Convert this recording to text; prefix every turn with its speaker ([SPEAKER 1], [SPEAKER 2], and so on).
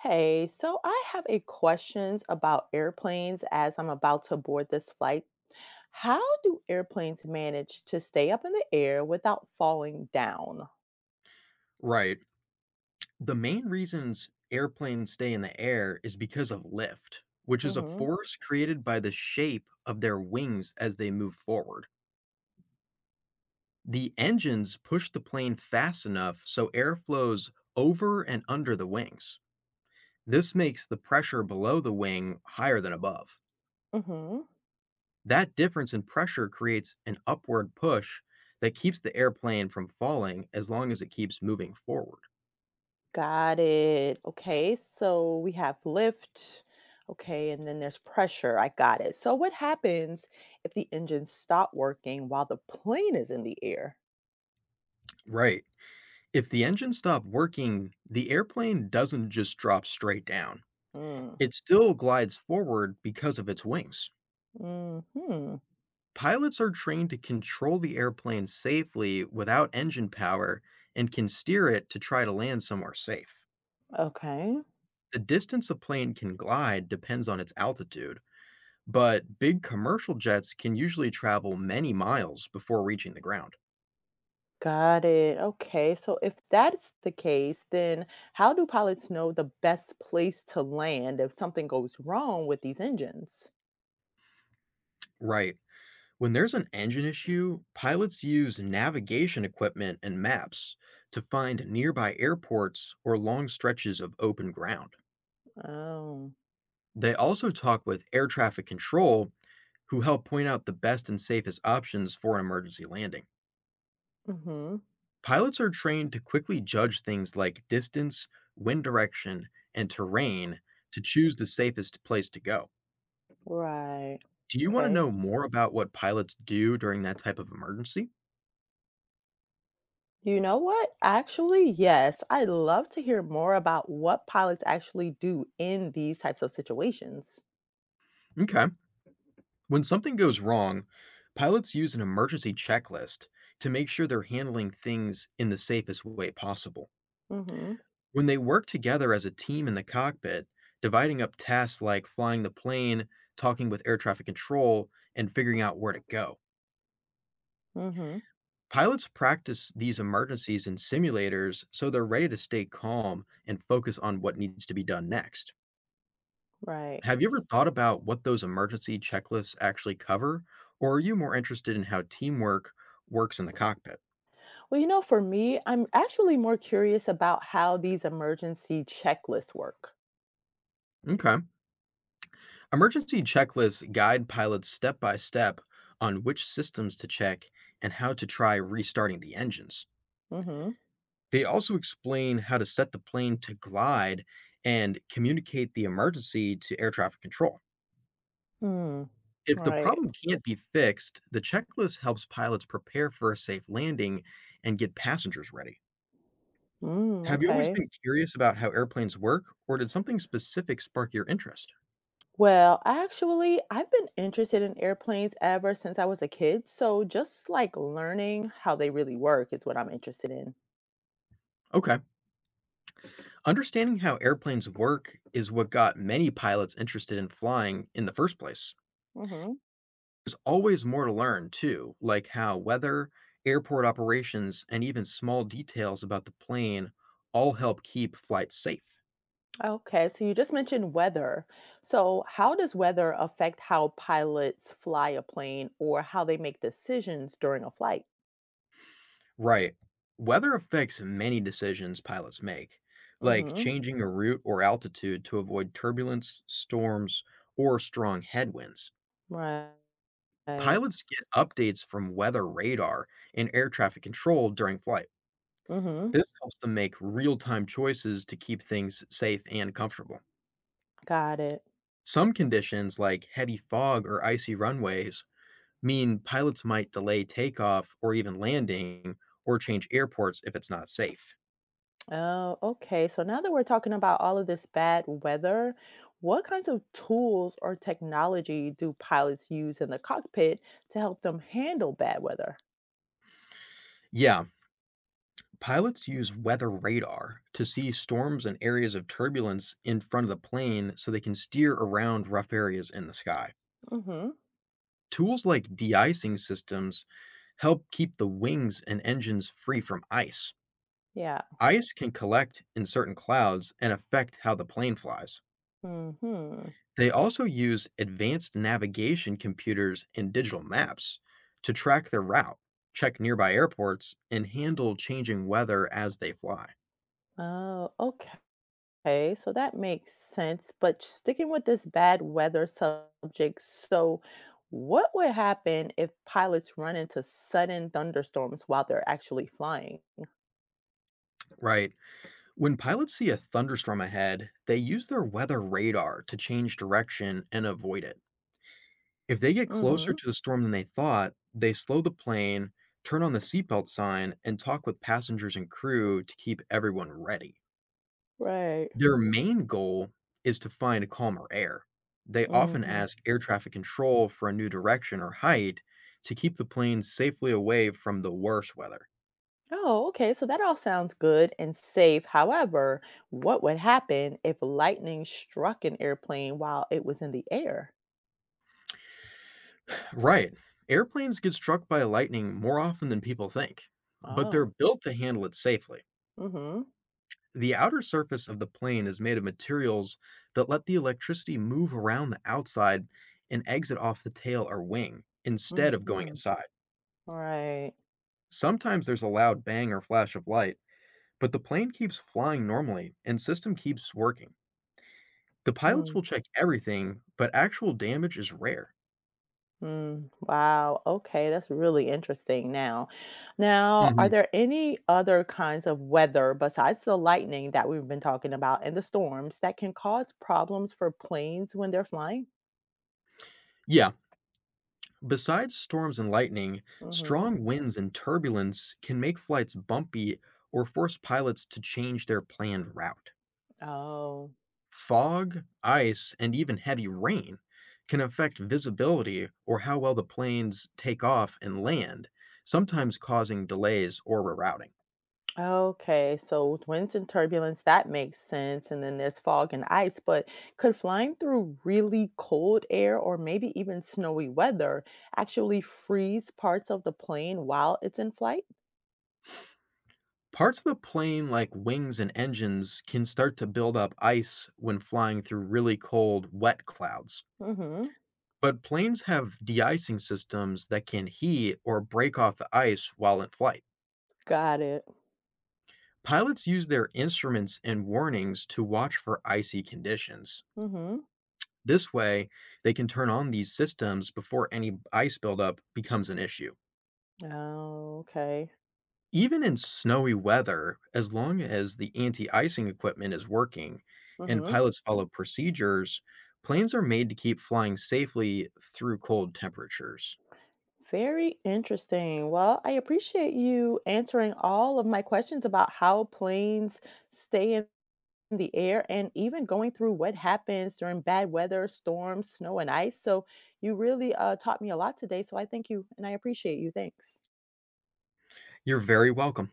[SPEAKER 1] Hey, so I have a questions about airplanes as I'm about to board this flight. How do airplanes manage to stay up in the air without falling down?
[SPEAKER 2] Right. The main reasons airplanes stay in the air is because of lift, which is a
[SPEAKER 1] Mhm.
[SPEAKER 2] force created by the shape of their wings as they move forward. The engines push the plane fast enough so air flows over and under the wings. This makes the pressure below the wing higher than above.
[SPEAKER 1] Mhm.
[SPEAKER 2] That difference in pressure creates an upward push that keeps the airplane from falling as long as it keeps moving forward.
[SPEAKER 1] Got it. Okay, so we have lift. Okay, and then there's pressure. I got it. So what happens if the engines stop working while the plane is in the air?
[SPEAKER 2] Right. If the engine stopped working, the airplane doesn't just drop straight down.
[SPEAKER 1] Mm.
[SPEAKER 2] It still glides forward because of its wings.
[SPEAKER 1] Mhm.
[SPEAKER 2] Pilots are trained to control the airplane safely without engine power and can steer it to try to land somewhere safe.
[SPEAKER 1] Okay.
[SPEAKER 2] The distance a plane can glide depends on its altitude, but big commercial jets can usually travel many miles before reaching the ground.
[SPEAKER 1] Got it. Okay. So if that's the case, then how do pilots know the best place to land if something goes wrong with these engines?
[SPEAKER 2] Right. When there's an engine issue, pilots use navigation equipment and maps to find nearby airports or long stretches of open ground.
[SPEAKER 1] Oh,
[SPEAKER 2] They also talk with air traffic control, who help point out the best and safest options for an emergency landing.
[SPEAKER 1] mm-hmm.
[SPEAKER 2] Pilots are trained to quickly judge things like distance, wind direction, and terrain to choose the safest place to go.
[SPEAKER 1] Right.
[SPEAKER 2] Do you want to
[SPEAKER 1] Okay.
[SPEAKER 2] know more about what pilots do during that type of emergency?
[SPEAKER 1] You know what? Actually, yes. I'd love to hear more about what pilots actually do in these types of situations.
[SPEAKER 2] Okay. When something goes wrong, pilots use an emergency checklist to make sure they're handling things in the safest way possible.
[SPEAKER 1] Mm-hmm.
[SPEAKER 2] When they work together as a team in the cockpit, dividing up tasks like flying the plane, talking with air traffic control, and figuring out where to go.
[SPEAKER 1] Mm-hmm.
[SPEAKER 2] Pilots practice these emergencies in simulators so they're ready to stay calm and focus on what needs to be done next.
[SPEAKER 1] Right.
[SPEAKER 2] Have you ever thought about what those emergency checklists actually cover, or are you more interested in how teamwork works in the cockpit?
[SPEAKER 1] Well, for me, I'm actually more curious about how these emergency checklists work.
[SPEAKER 2] Okay. Emergency checklists guide pilots step by step on which systems to check and how to try restarting the engines.
[SPEAKER 1] Mm-hmm.
[SPEAKER 2] They also explain how to set the plane to glide and communicate the emergency to air traffic control.
[SPEAKER 1] Hmm.
[SPEAKER 2] If the
[SPEAKER 1] Right.
[SPEAKER 2] problem can't be fixed, the checklist helps pilots prepare for a safe landing and get passengers ready.
[SPEAKER 1] Mm,
[SPEAKER 2] Have you always
[SPEAKER 1] okay.
[SPEAKER 2] been curious about how airplanes work, or did something specific spark your interest?
[SPEAKER 1] Well, actually, I've been interested in airplanes ever since I was a kid. So just like learning how they really work is what I'm interested in.
[SPEAKER 2] Okay. Understanding how airplanes work is what got many pilots interested in flying in the first place.
[SPEAKER 1] Hmm.
[SPEAKER 2] There's always more to learn, too, like how weather, airport operations, and even small details about the plane all help keep flights safe.
[SPEAKER 1] Okay. So you just mentioned weather. So how does weather affect how pilots fly a plane or how they make decisions during a flight?
[SPEAKER 2] Right. Weather affects many decisions pilots make, like
[SPEAKER 1] Hmm.
[SPEAKER 2] changing a route or altitude to avoid turbulence, storms, or strong headwinds.
[SPEAKER 1] Right.
[SPEAKER 2] Pilots get updates from weather radar and air traffic control during flight.
[SPEAKER 1] Hmm.
[SPEAKER 2] This helps them make real time choices to keep things safe and comfortable.
[SPEAKER 1] Got it.
[SPEAKER 2] Some conditions, like heavy fog or icy runways, mean pilots might delay takeoff or even landing or change airports if it's not safe.
[SPEAKER 1] Oh, okay. So now that we're talking about all of this bad weather, what kinds of tools or technology do pilots use in the cockpit to help them handle bad weather?
[SPEAKER 2] Yeah, pilots use weather radar to see storms and areas of turbulence in front of the plane so they can steer around rough areas in the sky.
[SPEAKER 1] Mm-hmm.
[SPEAKER 2] Tools like de-icing systems help keep the wings and engines free from ice.
[SPEAKER 1] Yeah.
[SPEAKER 2] Ice can collect in certain clouds and affect how the plane flies.
[SPEAKER 1] Mm-hmm.
[SPEAKER 2] They also use advanced navigation computers and digital maps to track their route, check nearby airports, and handle changing weather as they fly.
[SPEAKER 1] Oh, okay. So that makes sense. But sticking with this bad weather subject, so what would happen if pilots run into sudden thunderstorms while they're actually flying?
[SPEAKER 2] Right. When pilots see a thunderstorm ahead, they use their weather radar to change direction and avoid it. If they get closer
[SPEAKER 1] Mm-hmm.
[SPEAKER 2] to the storm than they thought, they slow the plane, turn on the seatbelt sign, and talk with passengers and crew to keep everyone ready.
[SPEAKER 1] Right.
[SPEAKER 2] Their main goal is to find calmer air. They often
[SPEAKER 1] Mm-hmm.
[SPEAKER 2] ask air traffic control for a new direction or height to keep the plane safely away from the worst weather.
[SPEAKER 1] Oh, okay. So that all sounds good and safe. However, what would happen if lightning struck an airplane while it was in the air?
[SPEAKER 2] Right. Airplanes get struck by lightning more often than people think, but they're
[SPEAKER 1] Oh.
[SPEAKER 2] built to handle it safely.
[SPEAKER 1] Mm-hmm.
[SPEAKER 2] The outer surface of the plane is made of materials that let the electricity move around the outside and exit off the tail or wing instead of going
[SPEAKER 1] Mm-hmm.
[SPEAKER 2] inside.
[SPEAKER 1] Right.
[SPEAKER 2] Sometimes there's a loud bang or flash of light, but the plane keeps flying normally and system keeps working. The pilots
[SPEAKER 1] Mm-hmm.
[SPEAKER 2] will check everything, but actual damage is rare.
[SPEAKER 1] Wow. Okay. That's really interesting now. Now, are
[SPEAKER 2] Mhm.
[SPEAKER 1] there any other kinds of weather besides the lightning that we've been talking about and the storms that can cause problems for planes when they're flying?
[SPEAKER 2] Yeah. Besides storms and lightning,
[SPEAKER 1] Mm-hmm.
[SPEAKER 2] strong winds and turbulence can make flights bumpy or force pilots to change their planned route.
[SPEAKER 1] Oh.
[SPEAKER 2] Fog, ice, and even heavy rain can affect visibility or how well the planes take off and land, sometimes causing delays or rerouting.
[SPEAKER 1] Okay, so winds and turbulence, that makes sense. And then there's fog and ice, but could flying through really cold air or maybe even snowy weather actually freeze parts of the plane while it's in flight?
[SPEAKER 2] Parts of the plane, like wings and engines, can start to build up ice when flying through really cold, wet clouds.
[SPEAKER 1] Mm-hmm.
[SPEAKER 2] But planes have de icing systems that can heat or break off the ice while in flight.
[SPEAKER 1] Got it.
[SPEAKER 2] Pilots use their instruments and warnings to watch for icy conditions.
[SPEAKER 1] Mm-hmm.
[SPEAKER 2] This way, they can turn on these systems before any ice buildup becomes an issue.
[SPEAKER 1] Oh, okay.
[SPEAKER 2] Even in snowy weather, as long as the anti icing equipment is working and
[SPEAKER 1] Mm-hmm.
[SPEAKER 2] pilots follow procedures, planes are made to keep flying safely through cold temperatures.
[SPEAKER 1] Very interesting. Well, I appreciate you answering all of my questions about how planes stay in the air and even going through what happens during bad weather, storms, snow, and ice. So you really taught me a lot today. So I thank you and I appreciate you. Thanks.
[SPEAKER 2] You're very welcome.